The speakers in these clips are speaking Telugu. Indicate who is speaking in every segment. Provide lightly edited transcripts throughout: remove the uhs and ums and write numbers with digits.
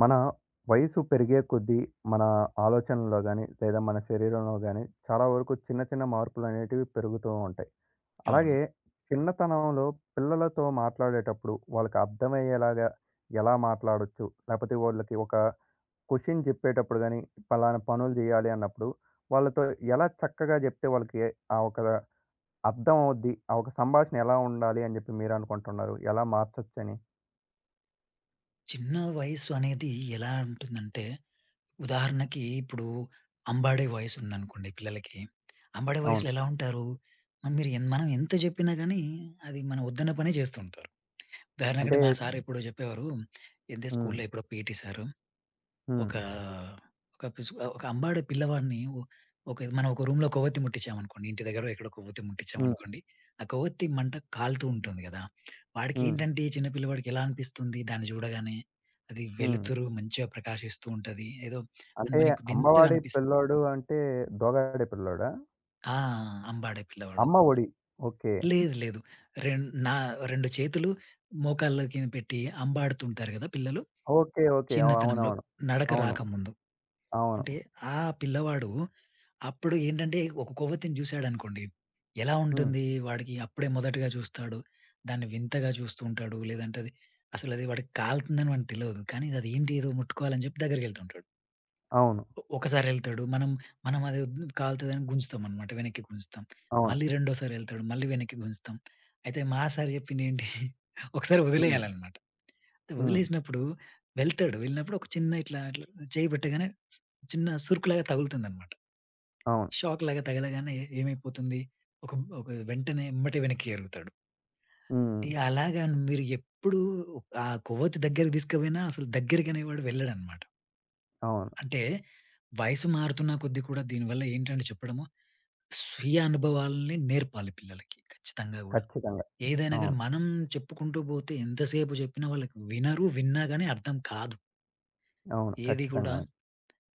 Speaker 1: మన వయసు పెరిగే కొద్దీ మన ఆలోచనలో గాని, లేదా మన శరీరంలో గాని చాలా వరకు చిన్న చిన్న మార్పులనేటివి పెరుగుతూ ఉంటాయి.
Speaker 2: అవును.
Speaker 1: అలాగే చిన్నతనంలో పిల్లలతో మాట్లాడేటప్పుడు వాళ్ళకి అర్థమయ్యేలాగా ఎలా మాట్లాడొచ్చు? లేకపోతే వాళ్ళకి ఒక క్వెషన్ చెప్పేటప్పుడు గాని, పలానా పనులు చేయాలి అన్నప్పుడు వాళ్ళతో ఎలా చక్కగా చెప్తే వాళ్ళకి ఆ ఒక అర్థం అవుద్ది. ఆ ఒక సంభాషణ ఎలా ఉండాలి అని చెప్పి మీరనుకుంటున్నారు? ఎలా మార్చొచ్చని?
Speaker 2: చిన్న వయసు అనేది ఎలా ఉంటుందంటే, ఉదాహరణకి ఇప్పుడు అంబాడే వయసు ఉందనుకోండి పిల్లలకి. అంబాడే
Speaker 1: అవును.
Speaker 2: వయసులో ఎలా ఉంటారు? మరి మీరు మనం ఎంత చెప్పినా గానీ, అది మనం వద్దన్న పనే చేస్తూ ఉంటారు.
Speaker 1: అంటే.
Speaker 2: ఉదాహరణకంటే మా సార్ ఎప్పుడో చెప్పేవారు, ఇదే
Speaker 1: హ్మ్.
Speaker 2: స్కూల్‌లో ఎప్పుడో పీటీ సారు
Speaker 1: హ్మ్.
Speaker 2: ఒక ఒక పిసు ఒక అంబాడే పిల్లవాడిని ఒ ఒక మనం ఒక రూమ్‌లో కొవ్వొత్తి ముట్టించామనుకోండి. ఇంటి దగ్గరో ఎక్కడో కొవ్వొత్తి
Speaker 1: హ్మ్.
Speaker 2: ముట్టించామనుకోండి. ఆ కొవ్వొత్తి మంట కాలుతూ ఉంటుంది గదా!
Speaker 1: హ్మ్.
Speaker 2: వాడికేంటంటే ఈ చిన్న పిల్లవాడికి ఎలా అనిపిస్తుంది దాన్ని చూడగానే? అది
Speaker 1: హ్మ్.
Speaker 2: వెలుతురు మంచిగా ప్రకాశిస్తూ ఉంటది. ఏదో అని
Speaker 1: అంటే
Speaker 2: మనకి వింతగా
Speaker 1: అమ్మవాడి
Speaker 2: అనిపిస్
Speaker 1: పిల్లోడు అంటే దోగాడి పిల్లోడా?
Speaker 2: ఆ! అంబాడే పిల్లవాడు.
Speaker 1: అమ్మ ఒడి. ఓకే.
Speaker 2: లేదు లేదు. రెం నా 2 చేతులు మోకాళ్ళ కింద పెట్టి అంబాడుతుంటారు గదా! పిల్లలు
Speaker 1: ఓకే. ఓకే. అవ్
Speaker 2: చిన్నతనంలో
Speaker 1: అవునవును.
Speaker 2: నడక
Speaker 1: అవును.
Speaker 2: రాకముందు.
Speaker 1: అవును.
Speaker 2: అంటే ఆ పిల్లవాడు అప్పుడు ఏంటంటే ఒక కొవ్వొత్తిని చూసాడనుకోండి. ఎలా
Speaker 1: హ్మ్.
Speaker 2: ఉంటుంది వాడికి అప్పుడే మొదటగా చూస్తాడు. దాన్ని వింతగా చూస్తూ ఉంటాడు. లేదంటే అసలది వాడికి కాలుతుందని వాడికి తెలవదు. కానీ అదేంటి ఏదో ముట్టుకోవాలని చెప్పి దగ్గరికెళ్తుంటాడు.
Speaker 1: అవును.
Speaker 2: ఒకసారి ఎళ్తాడు. మనం మనం అది వద్దు కాలుతదని గుంజుతామనమాట. వెనక్కి గుంజుతాం.
Speaker 1: అవును.
Speaker 2: మళ్ళీ రెండోసారి ఎళ్తాడు. మళ్ళీ వెనక్కి గుంజుతాం. అయితే మా సార్ చెప్పిందేంటి ఒకసారి
Speaker 1: హ్మ్.
Speaker 2: వదిలేయాలనమాట.
Speaker 1: హ్మ్.
Speaker 2: వదిలేసినప్పుడు వెళ్తాడు. వెళ్ళినప్పుడు ఒక చిన్న ఇట్లా అట్లా చేయి పెట్టగానే చిన్న సురుకులాగా తగులుతుందన్నమాట.
Speaker 1: అవును.
Speaker 2: షాక్ లాగా తగలగానే ఏమైపోతుంది? ఒక ఒక వెంటనే ఎమ్మటే వెనక్కి ఎరుగుతాడు.
Speaker 1: హ్మ్.
Speaker 2: ఇగ అలాగా మీరు ఎప్పుడు ఆ కొవ్వొత్తి దగ్గరికి తీసుకుపోయినా అసలు దగ్గరికనేవాడు వెళ్ళడన్నమాట.
Speaker 1: అవును.
Speaker 2: అంటే వయసు మారుతున్న కొద్దీ కూడా దీనివల్ల ఏంటంటే చెప్పడము, స్వీయ అనుభవాలని నేర్పాలి పిల్లలకి ఖచ్చితంగా గూడా.
Speaker 1: ఖచ్చితంగా.
Speaker 2: ఏదైనా గాని
Speaker 1: అవును.
Speaker 2: మనం చెప్పుకుంటూ పోతే ఎంతసేపు చెప్పినా వాళ్ళకి వినరు. విన్నా గాని అర్థం కాదు.
Speaker 1: అవును.
Speaker 2: ఏది కూడా
Speaker 1: ఖచ్చితంగా.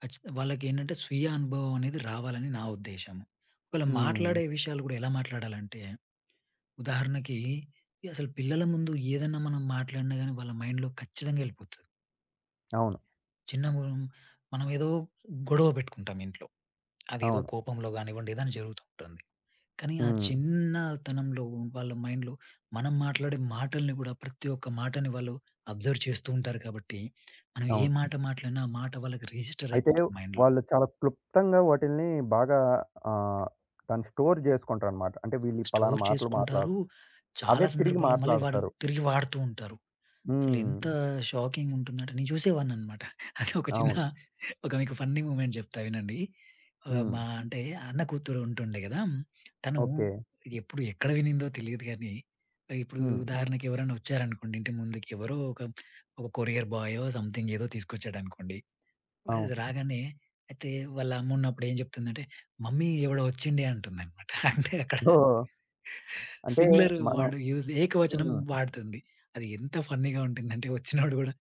Speaker 2: వాళ్ళకేంటంటే స్వీయ అనుభవం అనేది రావాలని నా ఉద్దేశము. ఒకవేళ
Speaker 1: హ్మ్.
Speaker 2: మాట్లాడే విషయాలు గూడా ఎలా మాట్లాడాలంటే, ఉదాహరణకి ఈ అసలు పిల్లల ముందు ఏదన్నా మనం మాట్లాడినా గాని వాళ్ళ మైండ్‌లో ఖచ్చితంగా ఎళ్ళిపోతది.
Speaker 1: అవును.
Speaker 2: చిన్న మనం మనం ఏదో గొడవ పెట్టుకుంటాం ఇంట్లో. అదేదో
Speaker 1: అవును.
Speaker 2: కోపంలో గానివ్వండి, ఏదైనా జరుగుతూ ఉంటుంది. కానీ ఆ
Speaker 1: హ్మ్.
Speaker 2: చిన్నతనంలో వాళ్ళ మైండ్‌లో మనం మాట్లాడే మాటల్ని గూడా ప్రతి ఒక్క మాటని వాళ్ళు అబ్జర్వ్ చేస్తూ ఉంటారు కాబట్టి, మనం ఏ
Speaker 1: అవును.
Speaker 2: మాట మాట్లాడినా ఆ మాట వాళ్ళకి రిజిస్టర్
Speaker 1: అయితే
Speaker 2: అయిపోతుంది మైండ్‌లో.
Speaker 1: వాళ్ళు చాలా క్లుప్తంగా వాటిల్ని బాగా ఆహ్, దాన్ని స్టోర్ చేసుకుంటారనమాట. అంటే వీళ్ళు ఈ పలానా
Speaker 2: స్టోర్
Speaker 1: మాటలు మాట్లాడ
Speaker 2: చేసుకుంటారు.
Speaker 1: అవే
Speaker 2: చాలా
Speaker 1: తిరిగి
Speaker 2: సందర్భాల్లో మళ్ళీ వాడు
Speaker 1: మాట్లాడతారు.
Speaker 2: తిరిగి వాడుతూ ఉంటారు.
Speaker 1: హ్మ్.
Speaker 2: అసలెంత షాకింగ్ ఉంటుందంటే నేను చూసేవాడిననమాట. అది ఒక చిన్న
Speaker 1: అవును.
Speaker 2: ఒక మీకు ఫన్నీ మూమెంట్ చెప్తా వినండి. ఆహ్,
Speaker 1: హ్మ్.
Speaker 2: మా అంటే అన్న కూతురు ఉంటుండే కదా! తను
Speaker 1: ఓకే.
Speaker 2: ఇది ఎప్పుడు ఎక్కడ వినిందో తెలియదు గానీ, ఇప్పుడు
Speaker 1: హ్మ్.
Speaker 2: ఉదాహరణకి ఎవరైనా వచ్చారనుకోండి ఇంటి ముందుకి ఎవరో ఒక, ఒక కొరియర్ బాయో సంథింగ్ ఏదో తీసుకొచ్చాడనుకోండి. అది
Speaker 1: అవును.
Speaker 2: రాగానే అయితే వాళ్ళ అమ్మ ఉన్నప్పుడు ఏం చెప్తుందంటే, "మమ్మీ ఎవడో వచ్చిండే" అంటుందనమాట. అంటే అక్కడ
Speaker 1: సో, అంటే
Speaker 2: సింగులర్
Speaker 1: మనం.
Speaker 2: వాడు యూజ్ ఏకవచనం
Speaker 1: హ్మ్.
Speaker 2: వాడుతుంది. అది ఎంత ఫన్నీగా ఉంటుందంటే వచ్చినోడు గూడా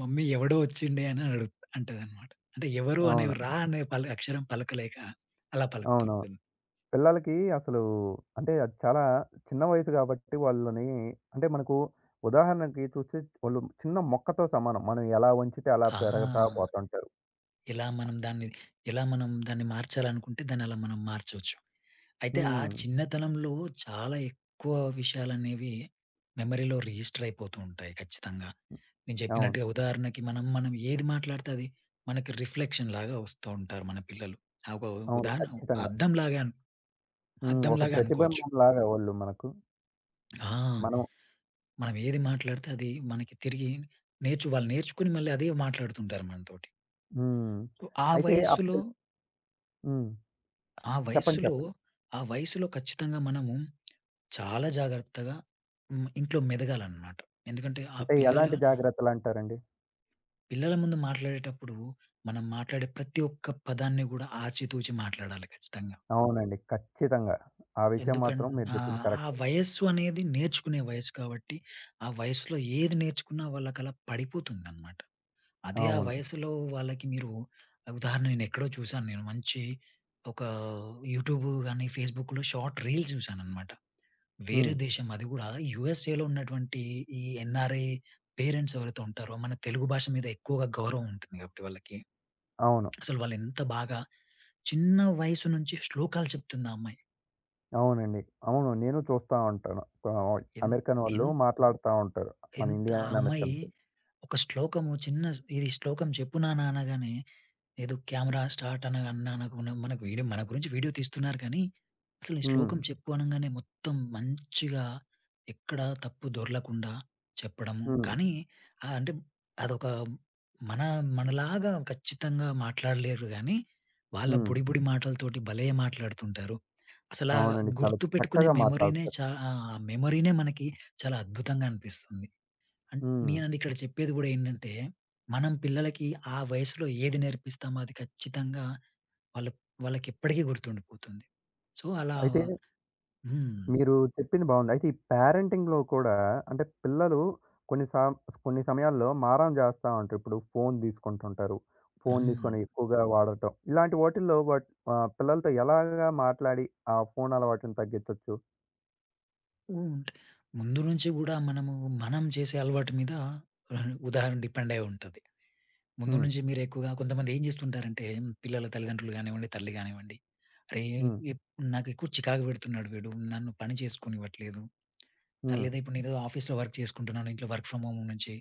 Speaker 2: "మమ్మీ ఎవడో వచ్చిండే" అని అడుగు అంటదన్నమాట. అంటే ఎవరు అనే
Speaker 1: అవును.
Speaker 2: రా అనే పల అక్షరం పలకలేక అలా పలుకుతూ
Speaker 1: అవునవును.
Speaker 2: ఉంటుంది.
Speaker 1: పిల్లలకి అసలు అంటే అది చాలా చిన్న వయసు కాబట్టి వాళ్ళని, అంటే మనకు ఉదాహరణకి చూస్తే వాళ్ళు చిన్న మొక్కతో సమానం. మనం ఎలా వంచితే అలా పెరగతా
Speaker 2: ఆ!
Speaker 1: పోతుంటారు.
Speaker 2: ఎలా మనం దాన్ని ఎలా మనం దాన్ని మార్చాలనుకుంటే దాన్నలా మనం మార్చొచ్చు. అయితే ఆ
Speaker 1: హ్మ్.
Speaker 2: చిన్నతనంలో చాలా ఎక్కువ విషయాలనేవి మెమరీలో రిజిస్టర్ అయిపోతూ ఉంటాయి ఖచ్చితంగా. నేను
Speaker 1: అవును.
Speaker 2: చెప్పినట్టుగా ఉదాహరణకి మనం మనం ఏది మాట్లాడితే అది మనకి రిఫ్లెక్షన్ లాగా వస్తూ ఉంటారు మన పిల్లలు. ఆ ఒక
Speaker 1: అవును.
Speaker 2: ఉదాహరణ
Speaker 1: ఖచ్చితంగా.
Speaker 2: అద్దంలాగా
Speaker 1: హ్మ్. ఒక
Speaker 2: అద్దంలాగా అనుకోవచ్చు.
Speaker 1: ప్రతిబింబంలాగా వాళ్ళు మనకు.
Speaker 2: ఆ!
Speaker 1: మనం.
Speaker 2: మనం ఏది మాట్లాడితే అది మనకి తిరిగి వాళ్ళు నేర్చుకొని మళ్ళీ అదే మాట్లాడుతుంటారు మనతోటి.
Speaker 1: హ్మ్.
Speaker 2: సో,
Speaker 1: అయితే అప్ హ్మ్.
Speaker 2: ఆ
Speaker 1: చెప్పండి.
Speaker 2: వయస్సులో,
Speaker 1: చెప్పండి.
Speaker 2: ఆ వయస్సులో ఖచ్చితంగా మనము చాలా జాగ్రత్తగా ఇంట్లో మెదగాలనమాట. ఎందుకంటే ఆ
Speaker 1: అంటే
Speaker 2: పిల్లల
Speaker 1: ఎలాంటి జాగ్రత్తలంటారండి?
Speaker 2: పిల్లల ముందు మాట్లాడేటప్పుడు మనం మాట్లాడే ప్రతి ఒక్క పదాన్ని గూడా ఆచితూచి మాట్లాడాలి ఖచ్చితంగా.
Speaker 1: అవునండి. ఖచ్చితంగా. ఆ విషయం
Speaker 2: ఎందుకన్
Speaker 1: మాత్రం మీరు చెప్పింది
Speaker 2: ఆ
Speaker 1: కరెక్ట్.
Speaker 2: వయస్సు అనేది నేర్చుకునే వయస్సు కాబట్టి, ఆ వయస్సులో ఏది నేర్చుకున్నా వాళ్ళకలా పడిపోతుందనమాట. అదే ఆ
Speaker 1: అవును.
Speaker 2: వయస్సులో వాళ్ళకి మీరు ఉదాహరణ నేనెక్కడో చూసాను నేను మంచి ఒక యూట్యూబ్ గాని, ఫేస్‌బుక్‌లో షార్ట్ రీల్స్ చూసాననమాట. వేరే
Speaker 1: హ్మ్.
Speaker 2: దేశం. అది గూడా యూఎస్ఏలో ఉన్నటువంటి ఈ ఎన్ఆర్ఐ పేరెంట్స్ ఎవరైతే ఉంటారో, మన తెలుగు భాష మీద ఎక్కువగా గౌరవం ఉంటుంది గాబట్టి వాళ్ళకి.
Speaker 1: అవును.
Speaker 2: అసలు వాళ్ళెంత బాగా చిన్న వయసు నుంచి శ్లోకాలు చెప్తుంది ఆ అమ్మాయి.
Speaker 1: అవునండి. అవును. నేను చూస్తా ఉంటాను. ఆహ్,
Speaker 2: ఎన్
Speaker 1: అమెరికన్ వాళ్ళు
Speaker 2: ఎన్
Speaker 1: మాట్లాడుతా ఉంటారు. మన
Speaker 2: ఎంత ఆ
Speaker 1: ఇండియన్
Speaker 2: అమ్మాయి
Speaker 1: అమెరికన్స్.
Speaker 2: ఒక శ్లోకము చిన్న ఇది శ్లోకం చెప్పు నాన్న అనగానే ఏదో కెమెరా స్టార్ట్ అన అన్నానకున మనకు వీడియో మన గురించి వీడియో తీస్తున్నారు కానీ, అసలు ఈ
Speaker 1: హ్మ్.
Speaker 2: శ్లోకం చెప్పు అనంగానే మొత్తం మంచిగా ఎక్కడ తప్పు దొర్లకుండా చెప్పడము.
Speaker 1: హ్మ్.
Speaker 2: కానీ ఆహ్, అంటే అదొక మన మనలాగా ఖచ్చితంగా మాట్లాడలేరు గానీ, వాళ్ళ
Speaker 1: హ్మ్.
Speaker 2: బుడి బుడి మాటలతోటి భలే మాట్లాడుతుంటారు. అసలా
Speaker 1: అవునండి. చాలా
Speaker 2: గుర్తుపెట్టుకునే
Speaker 1: చక్కగా
Speaker 2: మెమొరీనే
Speaker 1: మాట్లాడతారు.
Speaker 2: చా ఆహ్, మెమొరీనే మనకి చాలా అద్భుతంగా అనిపిస్తుంది. అన్
Speaker 1: హ్మ్.
Speaker 2: నేనండి ఇక్కడ చెప్పేది గూడా ఏంటంటే, మనం పిల్లలకి ఆ వయసులో ఏది నేర్పిస్తామో అది ఖచ్చితంగా వాళ్ళ వాళ్ళకెప్పటికీ గుర్తుండిపోతుంది. సో, అలా
Speaker 1: అయితే
Speaker 2: హ్మ్.
Speaker 1: మీరు చెప్పింది బావుంది. అయితే ఈ పేరెంటింగ్‌లో కూడా అంటే పిల్లలు కొన్ని సా కొన్ని సమయాల్లో మారం చేస్తా ఉంటారు. ఇప్పుడు ఫోను తీసుకుంటుంటారు. ఫోను
Speaker 2: హ్మ్.
Speaker 1: తీసుకొని ఎక్కువగా వాడటం. ఇలాంటి వాటిల్లో పిల్లలతో ఎలాగా మాట్లాడి ఆ ఫోను అలవాటుని తగ్గించొచ్చు?
Speaker 2: హ్మ్. ముందు నుంచి గూడా మనము, మనం చేసే అలవాటు మీద ఉదాహరణ డిపెండ్ అయి ఉంటది. ముందు
Speaker 1: హ్మ్.
Speaker 2: నుంచి మీరు ఎక్కువగా కొంతమంది ఏం చేస్తుంటారంటే, పిల్లల తల్లిదండ్రులు గానివ్వండి, తల్లి గానివ్వండి, "అరే!
Speaker 1: హ్మ్.
Speaker 2: ఎప్ నాకు ఎక్కువ చికాకు పెడుతున్నాడు వీడు. నన్ను పని చేసుకోనివ్వట్లేదు. ఆ,
Speaker 1: హ్మ్.
Speaker 2: లేదా ఇప్పుడు నేనేదో ఆఫీస్‌లో వర్క్ చేసుకుంటున్నాను. ఇంట్లో వర్క్ ఫ్రమ్ హోమ్ నుంచి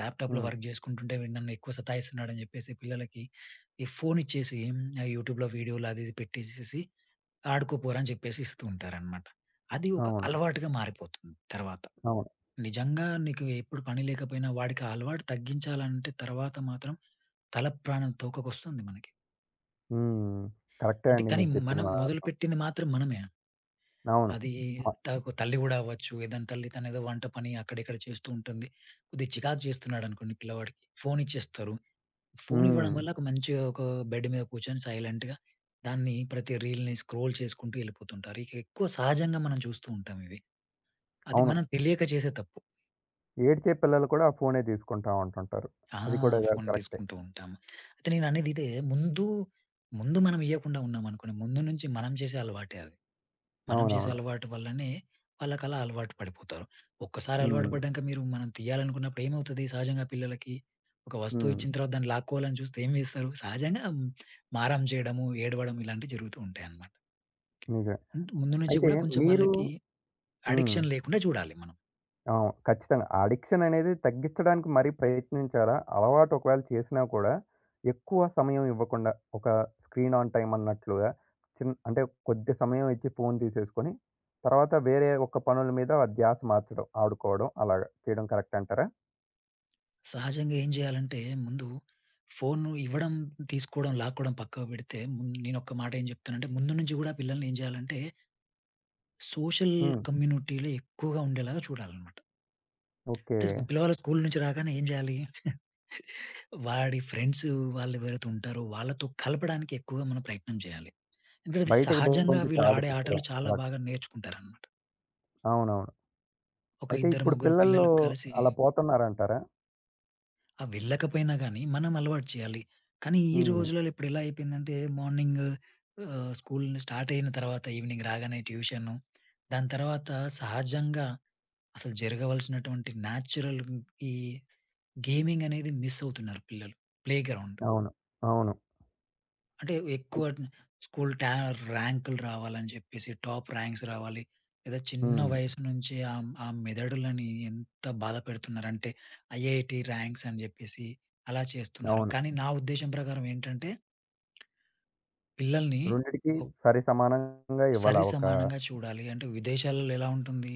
Speaker 2: ల్యాప్‌టాప్‌లో
Speaker 1: హ్మ్.
Speaker 2: వర్క్ చేసుకుంటుంటే వీడు నన్ను ఎక్కువ సతాయిస్తున్నాడని చెప్పేసి పిల్లలకి ఈ ఫోన్ ఇచ్చేసి ఆ యూట్యూబ్‌లో వీడియోలు అది ఇది పెట్టేసేసి ఆడుకోపోరా అని చెప్పేసి ఇస్తూ ఉంటారనమాట. అది ఒక
Speaker 1: అవును.
Speaker 2: అలవాటుగా మారిపోతుంది తర్వాత.
Speaker 1: అవును.
Speaker 2: నిజంగా నీకు ఎప్పుడు పని లేకపోయినా వాడికి ఆ అలవాటు తగ్గించాలంటే తర్వాత మాత్రం తల ప్రాణం తోకకొస్తుంది మనకి.
Speaker 1: హ్మ్. కరెక్టే
Speaker 2: అంటే
Speaker 1: అండి
Speaker 2: కానీ
Speaker 1: మీరు చెప్పింది
Speaker 2: మనం
Speaker 1: మాత్రం.
Speaker 2: మొదలుపెట్టింది మాత్రం మనమే.
Speaker 1: అవును.
Speaker 2: అది
Speaker 1: మ
Speaker 2: తల్లి గూడా అవ్వచ్చు. ఏదైనా తల్లి తనేదో వంట పని అక్కడ ఇక్కడ చేస్తూ ఉంటుంది. కొద్దిగా చికాకు చేస్తున్నాడనుకోండి పిల్లవాడికి, ఫోన్ ఇచ్చేస్తారు. ఫోన్ ఇవ్వడం
Speaker 1: హ్మ్.
Speaker 2: వల్ల ఒక మంచిగా ఒక బెడ్ మీద కూర్చొని సైలెంట్‌గా దాన్ని ప్రతి రీల్‌ని స్క్రోల్ చేసుకుంటూ వెళ్ళిపోతుంటారు. ఇక ఎక్కువ సహజంగా మనం చూస్తూ ఉంటాం ఇవి. అది
Speaker 1: అవును.
Speaker 2: మనం తెలియక చేసే తప్పు.
Speaker 1: ఏడ్చే పిల్లలు కూడా ఆ ఫోనే తీసుకుంటా ఉంటుంటారు.
Speaker 2: ఆ!
Speaker 1: అది కూడా
Speaker 2: ఫోన్
Speaker 1: కరెక్టే.
Speaker 2: తీసుకుంటూ ఉంటాము. అయితే నేననేది ఇదే ముందు మనం ఇయ్యకుండా ఉన్నామనుకోండి ముందు నుంచి మనం చేసే అలవాటే అది. మనం చేసే
Speaker 1: అవునవును.
Speaker 2: అలవాటు వల్లనే వాళ్ళకలా అలవాటు పడిపోతారు. ఒక్కసారి అలవాటు
Speaker 1: హ్మ్.
Speaker 2: పడ్డాక మనం తీయాలనుకున్నప్పుడు ఏమవుతది సహజంగా పిల్లలకి? ఒక వస్తువు
Speaker 1: హ్మ్.
Speaker 2: ఇచ్చిన తర్వాత దాన్ని లాక్కోవాలని చూస్తే ఏం చేస్తారు? సహజంగా మారం చేయడము, ఏడవడం ఇలాంటివి జరుగుతూ ఉంటాయన్నమాట.
Speaker 1: నిజమే.
Speaker 2: అంటే ముందు నుంచి
Speaker 1: అయితే
Speaker 2: కూడా కొంచెం
Speaker 1: మీరు.
Speaker 2: వాళ్ళకి
Speaker 1: హ్మ్.
Speaker 2: అడిక్షన్ లేకుండా చూడాలి మనం.
Speaker 1: అవును. ఖచ్చితంగా. ఆ అడిక్షన్ అనేది తగ్గించడానికి మరీ ప్రయత్నించారా? అలవాటు ఒకవేళ చేసినా కూడా, ఎక్కువ సమయం ఇవ్వకుండా ఒక స్క్రీన్ ఆన్ టైమ్ అన్నట్లుగా అంటే కొద్ది సమయం ఇచ్చి ఫోను తీసేసుకొని, తర్వాత వేరే ఒక పనుల మీద ఆ ధ్యాస మార్చడం, ఆడుకోవడం అలాగా చేయడం కరెక్ట్ అంటారా?
Speaker 2: సహజంగా ఏం చేయాలంటే ముందు ఫోను ఇవ్వడం, తీసుకోవడం, లాక్కోవడం పక్కకు పెడితే నేనొక్క మాట ఏం చెప్తానంటే ముందు నుంచి కూడా పిల్లల్ని ఏం చేయాలంటే సోషల్
Speaker 1: హ్మ్.
Speaker 2: కమ్యూనిటీలో ఎక్కువగా ఉండేలాగా చూడాలన్నమాట.
Speaker 1: ఓకే.
Speaker 2: అంటే పిల్లవాళ్ళు స్కూలు నుంచి రాగానే ఏం జేయాలి? వాడి ఫ్రెండ్స్ వాళ్ళు ఎవరైతే ఉంటారో వాళ్ళతో కలపడానికి ఎక్కువగా మనం ప్రయత్నం చేయాలి. ఎందుకంటే అది
Speaker 1: బయటకి
Speaker 2: సహజంగా
Speaker 1: పంపించి
Speaker 2: వీళ్ళు ఆడే
Speaker 1: ఆడిపించడం
Speaker 2: ఆటలు చాలా
Speaker 1: అలాగా.
Speaker 2: బాగా నేర్చుకుంటారనమాట.
Speaker 1: అవునవును.
Speaker 2: ఒక
Speaker 1: అయితే
Speaker 2: ఇద్దరు,
Speaker 1: ఇప్పుడు
Speaker 2: ముగ్గురు
Speaker 1: పిల్లల్లో
Speaker 2: పిల్లలు కలిసి
Speaker 1: అలా పోతున్నారంటారా?
Speaker 2: ఆహ్, వెళ్ళకపోయినా గానీ మనం అలవాటు చేయాలి. కానీ ఈ
Speaker 1: హ్మ్.
Speaker 2: రోజులలో ఇప్పుడు ఎలా అయిపోయిందంటే మార్నింగ్ స్కూల్ స్టార్ట్ అయిన తర్వాత ఈవినింగ్ రాగానే ట్యూషను. దాని తర్వాత సహజంగా అసలు జరగవలసినటువంటి న్యాచురల్ ఈ గేమింగ్ అనేది మిస్ అవుతున్నారు పిల్లలు. ప్లేగ్రౌండ్.
Speaker 1: అవును. అవును.
Speaker 2: అంటే
Speaker 1: అయి
Speaker 2: ఎక్కువ స్కూల్ టా ర్యాంకులు రావాలని చెప్పేసి, టాప్ ర్యాంక్స్ రావాలి. లేదా చిన్న
Speaker 1: హ్మ్.
Speaker 2: వయసు నుంచే ఆ ఆ మెదడులని ఎంత బాధ పెడుతున్నారంటే, ఐఐటీ ర్యాంక్స్ అని చెప్పేసి అలా చేస్తున్నారు.
Speaker 1: అవును.
Speaker 2: కానీ నా ఉద్దేశం ప్రకారం ఏంటంటే, పిల్లల్ని
Speaker 1: రెండిటికి
Speaker 2: ఒక్
Speaker 1: సరి సమానంగా
Speaker 2: సరి
Speaker 1: ఇవ్వాలా ఒక.
Speaker 2: సమానంగా చూడాలి. అంటే విదేశాలలో ఎలా ఉంటుంది,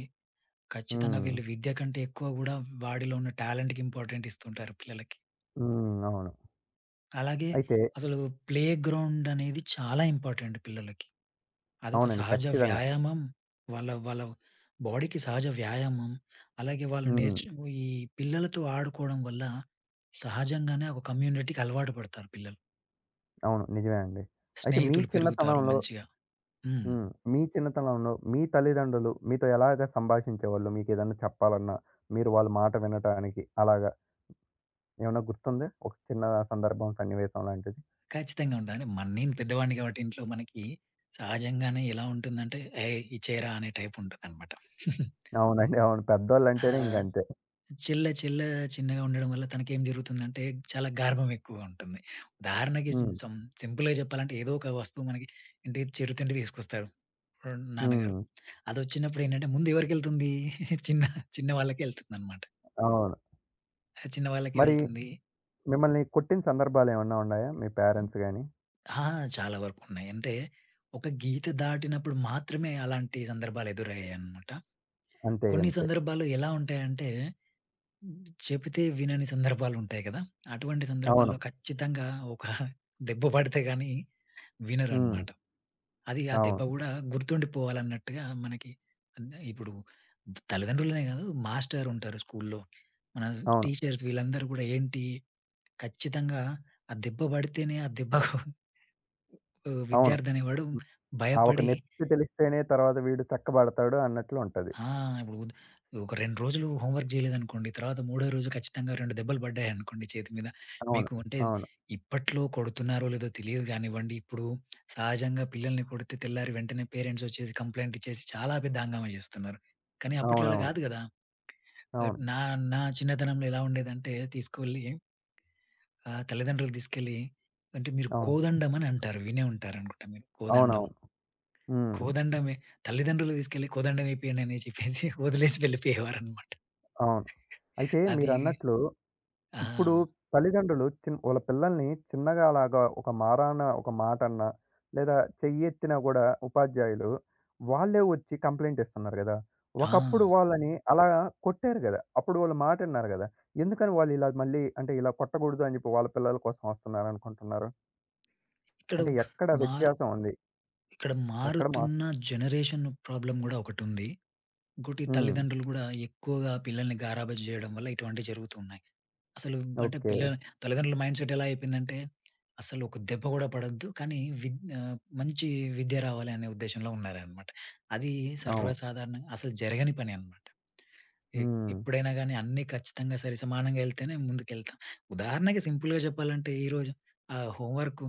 Speaker 2: ఖచ్చితంగా
Speaker 1: హ్మ్.
Speaker 2: వీళ్ళు విద్య కంటే ఎక్కువ గూడా వాడిలో ఉన్న టాలెంట్‌కి ఇంపార్టెంట్ ఇస్తుంటారు పిల్లలకి.
Speaker 1: హ్మ్. అవును.
Speaker 2: అలాగే
Speaker 1: అయితే
Speaker 2: అసలు ప్లే గ్రౌండ్ అనేది చాలా ఇంపార్టెంట్ పిల్లలకి. అదొక
Speaker 1: అవునండి.
Speaker 2: సహజ
Speaker 1: ఖచ్చితంగా.
Speaker 2: వ్యాయామం. వాళ్ళ వాళ్ళ బాడీకి సహజ వ్యాయామం. అలాగే వాళ్ళు
Speaker 1: హ్మ్.
Speaker 2: నేర్చు ఈ పిల్లలతో ఆడుకోవడం వల్ల సహజంగానే ఒక కమ్యూనిటీకి అలవాటు పడతారు పిల్లలు.
Speaker 1: అవును. నిజమే అండి. అయితే మీ
Speaker 2: స్నేహితులు పెరుగుతారు
Speaker 1: చిన్నతనంలో.
Speaker 2: మంచిగా. హ్మ్.
Speaker 1: హ్మ్. మీ చిన్నతనంలో మీ తల్లిదండ్రులు మీతో ఎలాగా సంభాషించేవాళ్ళు? మీకేదన్నా చెప్పాలన్నా, మీరు వాళ్ళ మాట వినటానికి అలాగా ఏమన్నా గుర్తుందా? ఒక చిన్న సందర్భం, సన్నివేశం లాంటిది?
Speaker 2: ఖచ్చితంగా ఉండాలి. నేను పెద్దవాడిని కాబట్టి ఇంట్లో మనకి సహజంగానే ఎలా ఉంటుందంటే, "ఏయ్! ఇచ్చేయరా" అనే టైప్ ఉంటుందన్నమాట. ఆ!
Speaker 1: అవునండి. అవును. పెద్దోళ్ళంటేనే ఇంకంతే.
Speaker 2: చిల్ల చిల్ల చిన్నగా ఉండడం వల్ల తనకేం జరుగుతుందంటే, చాలా గారాబం ఎక్కువగా ఉంటుంది. ఉదాహరణకి సి
Speaker 1: హ్మ్.
Speaker 2: సం సింపుల్‌గా చెప్పాలంటే ఏదో ఒక వస్తువు మనకి ఇంటికి చిరుతిండి తీసుకొస్తారు నాన్నగారు.
Speaker 1: హ్మ్.
Speaker 2: అదొచ్చినప్పుడు ఏంటంటే ముందు ఎవరికెళ్తుంది? చిన్న చిన్న వాళ్ళకే ఎళ్తుందనమాట.
Speaker 1: అవును.
Speaker 2: చిన్న వాళ్ళకే
Speaker 1: మరి
Speaker 2: వెళ్తుంది.
Speaker 1: మిమ్మల్ని కొట్టిన సందర్భాలేమన్నా ఉన్నాయా? మీ పేరెంట్స్ గాని?
Speaker 2: ఆ! చాలా వరకు ఉన్నాయి. అంటే ఒక గీత దాటినప్పుడు మాత్రమే అలాంటి సందర్భాలు ఎదురయ్యాయనమాట.
Speaker 1: అంతే.
Speaker 2: కొన్ని
Speaker 1: అంతే.
Speaker 2: సందర్భాలు ఎలా ఉంటాయంటే చెబితే వినని సందర్భాలుంటాయి కదా! అటువంటి
Speaker 1: అవును.
Speaker 2: సందర్భాల్లో ఖచ్చితంగా ఒక దెబ్బ పడితే గాని
Speaker 1: హ్మ్.
Speaker 2: వినరనమాట. అది ఆ దెబ్బ
Speaker 1: అవును.
Speaker 2: గూడా గుర్తుండిపోవాలన్నట్టుగా మనకి ఇప్పుడు తల్లిదండ్రులనే కాదు మాస్టర్ ఉంటారు స్కూల్లో. మన
Speaker 1: అవును.
Speaker 2: టీచర్స్ వీళ్ళందరూ కూడా ఏంటి ఖచ్చితంగా ఆ దెబ్బ పడితేనే ఆ దెబ్బకు
Speaker 1: అవును.
Speaker 2: విద్యార్థి అనేవాడు
Speaker 1: హ్మ్. ఆ ఒక
Speaker 2: భయపడి
Speaker 1: నొప్పి తెలిస్తేనే తర్వాత వీడు చక్కబడతాడు అన్నట్లు ఉంటది.
Speaker 2: ఆ! ఇప్పుడు ఉద్ ఒక 2 రోజులు హోంవర్క్ చేయలేదనుకోండి. తర్వాత మూడో రోజు ఖచ్చితంగా 2 దెబ్బలు పడ్డాయనుకోండి చేతి మీద.
Speaker 1: అవును.
Speaker 2: మీకు అంటే
Speaker 1: అవును.
Speaker 2: ఇప్పట్లో కొడుతున్నారో లేదో తెలియదు గానివ్వండి. ఇప్పుడు సహజంగా పిల్లల్ని కొడితే తెల్లారి వెంటనే పేరెంట్స్ వచ్చేసి కంప్లెయింట్ ఇచ్చేసి చాలా పెద్ద హంగామా చేస్తున్నారు. కానీ అప్పట్లో అలా
Speaker 1: అవునవును.
Speaker 2: గాదు గదా! ఆహ్,
Speaker 1: అవును.
Speaker 2: నా నా చిన్నతనంలో ఎలా ఉండేదంటే తీసుకెళ్ళి తల్లిదండ్రులు తీసుకెళ్ళి అంటే మీరు
Speaker 1: అవును.
Speaker 2: కోదండం అని అంటారు. వినే ఉంటారనుకుంటా మీరు. కోదండం.
Speaker 1: అవునవును. హ్మ్.
Speaker 2: కోదండమే తల్లిదండ్రులు తీసుకెళ్ళి కోదండం ఏపియండి అని చెప్పేసి వదిలేసి వెళ్ళిపోయేవారనమాట.
Speaker 1: అవును. అయితే
Speaker 2: అది
Speaker 1: మీరన్నట్లు ఇప్పుడు
Speaker 2: ఆ!
Speaker 1: తల్లిదండ్రులు వాళ్ళ పిల్లల్ని చిన్నగా అలాగా ఒక మారాన ఒక మాటన్నా, లేదా చెయ్యెత్తినా గూడా ఉపాధ్యాయులు వాళ్ళే వచ్చి కంప్లెయింట్ ఇస్తున్నారు గదా!
Speaker 2: ఆ!
Speaker 1: ఒకప్పుడు వాళ్ళని అలా కొట్టారు గదా! అప్పుడు వాళ్ళు మాటిన్నారు గదా! ఎందుకని వాళ్ళు ఇలా మళ్ళీ అంటే ఇలా కొట్టకూడదు అని జెప్పి వాళ్ళ పిల్లల కోసం వస్తున్నారనుకుంటున్నారు?
Speaker 2: ఇక్కడ
Speaker 1: అంటే ఎక్కడ
Speaker 2: మార్
Speaker 1: వ్యత్యాసం ఉంది?
Speaker 2: ఇక్కడ
Speaker 1: ఎక్కడ మార్
Speaker 2: మారుతున్న జనరేషన్ ప్రాబ్లమ్ గూడా ఒకటుంది. ఇంకోటి
Speaker 1: హ్మ్.
Speaker 2: తల్లిదండ్రులు గూడా ఎక్కువగా పిల్లల్ని గారాబం జేయడం వల్ల ఇటువంటివి జరుగుతున్నాయి. అసలు అంటే
Speaker 1: ఓకే.
Speaker 2: పిల్లల తల్లిదండ్రుల మైండ్‌సెట్ ఎలా అయిపోయిందంటే, అసలు ఒక దెబ్బ కూడా పడొద్దు. కానీ మంచి విద్య రావాలి అనే ఉద్దేశ్యంలో ఉన్నారనమాట. అది
Speaker 1: అవును.
Speaker 2: సర్వసాధారణంగా అసలు జరగని పని అనమాట. ఎ
Speaker 1: హ్మ్.
Speaker 2: ఎప్పుడైనా గాని అన్నీ ఖచ్చితంగా సరి సమానంగా ఎళ్తేనే ముందుకెళ్తాం. ఉదాహరణకి సింపుల్‌గా చెప్పాలంటే ఈరోజు ఆహ్, హోంవర్క్,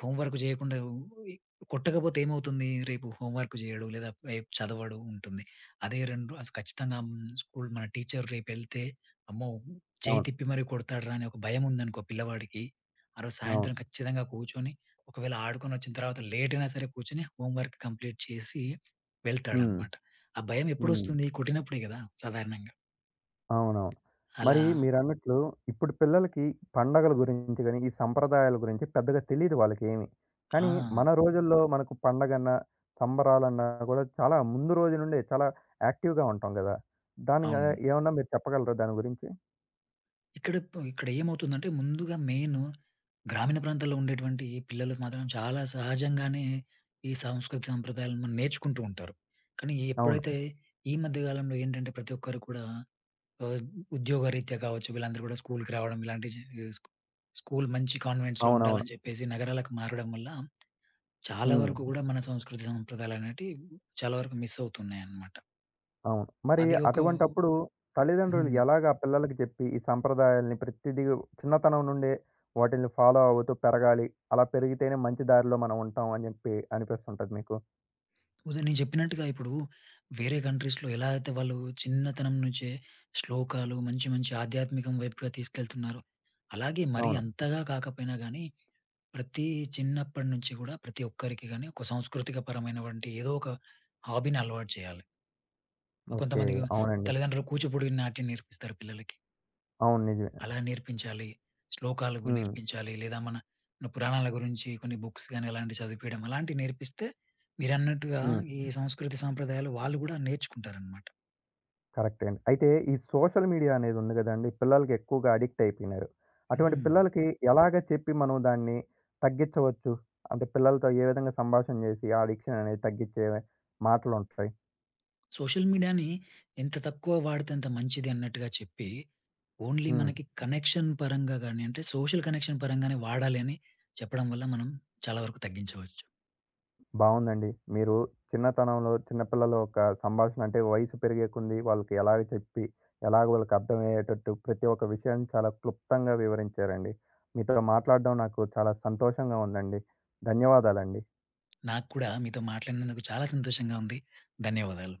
Speaker 2: హోంవర్క్ చేయకుండా ఉ ఇ కొట్టకపోతే ఏమవుతుంది? రేపు హోంవర్క్ చేయడు లేదా రేపు చదవడు ఉంటుంది. అదే 2 అసలు ఖచ్చితంగా స్కూల్ మన టీచర్ రేపెళ్తే అమ్మో! చెయ్యి
Speaker 1: అవును.
Speaker 2: తిప్పి మరి కొడతాడురా అని ఒక భయముందనుకో పిల్లవాడికి, ఆ రోజు సాయంత్రం
Speaker 1: అవును.
Speaker 2: ఖచ్చితంగా కూర్చొని, ఒకవేళ ఆడుకొనొచ్చిన తర్వాత లేట్ అయినా సరే కూర్చొని హోంవర్క్ కంప్లీట్ చేసి
Speaker 1: హ్మ్.
Speaker 2: వెళ్తాడనమాట. ఆ భయం
Speaker 1: హ్మ్.
Speaker 2: ఎప్పుడొస్తుంది? కొట్టినప్పుడే గదా! సాధారణంగా.
Speaker 1: అవునవును.
Speaker 2: అలా
Speaker 1: మరి మీరన్నట్లు ఇప్పుడు పిల్లలకి పండగల గురించి గాని, ఈ సంప్రదాయాల గురించి పెద్దగా తెలీదు వాళ్ళకేమి. కానీ
Speaker 2: ఆ!
Speaker 1: మన రోజుల్లో మనకు పండగన్నా, సంబరాలన్నా కూడా చాలా ముందు రోజు నుండే చాలా యాక్టివ్‌గా ఉంటాం గదా! దానిగా
Speaker 2: అవును.
Speaker 1: ఏమన్నా మీరు చెప్పగలరా దాని గురించి?
Speaker 2: ఇక్కడ ఏమవుతుందంటే ముందుగా మెయిను గ్రామీణ ప్రాంతాల్లో ఉండేటువంటి పిల్లలు మాత్రం చాలా సహజంగానే ఈ సాంస్కృతిక సంప్రదాయాలను మనం నేర్చుకుంటూ ఉంటారు. కానీ
Speaker 1: అవును.
Speaker 2: ఎప్పుడైతే ఈ మధ్య కాలంలో ఏంటంటే ప్రతి ఒక్కరు కూడా ఆహ్, ఉద్యోగరీత్యా కావచ్చు, వీళ్ళందరూ కూడా స్కూలుకి రావడం ఇలాంటి చే స్కూ స్కూల్ మంచి కాన్వెంట్స్‌లో
Speaker 1: అవునవును.
Speaker 2: ఉండాలని చెప్పేసి నగరాలకు మారడం వల్ల చాలా
Speaker 1: హ్మ్.
Speaker 2: వరకు కూడా మన సంస్కృతి సంప్రదాయాలనేటివి చాలా వరకు మిస్ అవుతున్నాయన్నమాట.
Speaker 1: అవును. మరి
Speaker 2: అది ఒక
Speaker 1: అటువంటప్పుడు తల్లిదండ్రులు
Speaker 2: హ్మ్.
Speaker 1: ఎలాగ ఆ పిల్లలకి చెప్పి ఈ సంప్రదాయాల్ని ప్రతిదీ చిన్నతనం నుండే వాటిల్ని ఫాలో అవుతూ పెరగాలి. అలా పెరిగితేనే మంచి దారిలో మనం ఉంటాం అని చెప్పి అనిపిస్తుంటది మీకు?
Speaker 2: నేను చెప్పినట్టుగా ఇప్పుడు వేరే కంట్రీస్‌లో ఎలా అయితే వాళ్ళు చిన్నతనం నుంచే శ్లోకాలు మంచి మంచి ఆధ్యాత్మికం వైపుగా తీసుకెళ్తున్నారో, అలాగే మరీ
Speaker 1: అవును.
Speaker 2: అంతగా కాకపోయినా గానీ, ప్రతి చిన్నప్పటి నుంచి కూడా ప్రతి ఒక్కరికి గాని ఒక సాంస్కృతిక పరమైనటువంటి ఏదో ఒక హాబీని అలవాటు చేయాలి.
Speaker 1: ఓకే.
Speaker 2: కొంతమందికి
Speaker 1: అవునండి.
Speaker 2: తల్లిదండ్రులు కూచిపూడి నాట్యం నేర్పిస్తారు పిల్లలకి.
Speaker 1: అవును. నిజమే.
Speaker 2: అలా నేర్పించాలి. శ్లోకాలు
Speaker 1: హ్మ్.
Speaker 2: నేర్పించాలి. లేదా మన మన పురాణాల గురించి కొన్ని బుక్స్ గాని అలాంటివి చదివిపియడం. అలాంటివి నేర్పిస్తే మీరన్నట్టుగా
Speaker 1: హ్మ్.
Speaker 2: ఈ సంస్కృతి సాంప్రదాయాలు వాళ్ళు గూడా నేర్చుకుంటారనమాట.
Speaker 1: కరెక్టే అండి. అయితే ఈ సోషల్ మీడియా అనేది ఉంది గదండీ! పిల్లలకి ఎక్కువగా అడిక్ట్ అయిపోయినారు. అటువంటి
Speaker 2: హ్మ్.
Speaker 1: పిల్లలకి ఎలాగ చెప్పి మనం దాన్ని తగ్గించవచ్చు? అంటే పిల్లలతో ఏ విధంగా సంభాషణ జేసి ఆ అడిక్షన్ అనేది తగ్గించే మాటలుంటాయి?
Speaker 2: సోషల్ మీడియాని ఎంత తక్కువ వాడితే అంత మంచిది అన్నట్టుగా చెప్పి, ఓన్లీ
Speaker 1: హ్మ్.
Speaker 2: మనకి కనెక్షన్ పరంగా గాని అంటే సోషల్ కనెక్షన్ పరంగానే వాడాలి అని చెప్పడం వల్ల మనం చాలా వరకు తగ్గించవచ్చు.
Speaker 1: బావుందండి. మీరు చిన్నతనంలో చిన్నపిల్లల యొక్క సంభాషణ అంటే వయసు పెరిగే కొంది వాళ్ళకి ఎలాగ చెప్పి, ఎలాగ వాళ్ళకి అర్థమయ్యేటట్టు ప్రతి ఒక్క విషయాన్ని చాలా క్లుప్తంగా వివరించారండి. మీతో మాట్లాడడం నాకు చాలా సంతోషంగా ఉందండి. ధన్యవాదాలండి.
Speaker 2: నాకు కూడా మీతో మాట్లాడినందుకు చాలా సంతోషంగా ఉంది. ధన్యవాదాలు.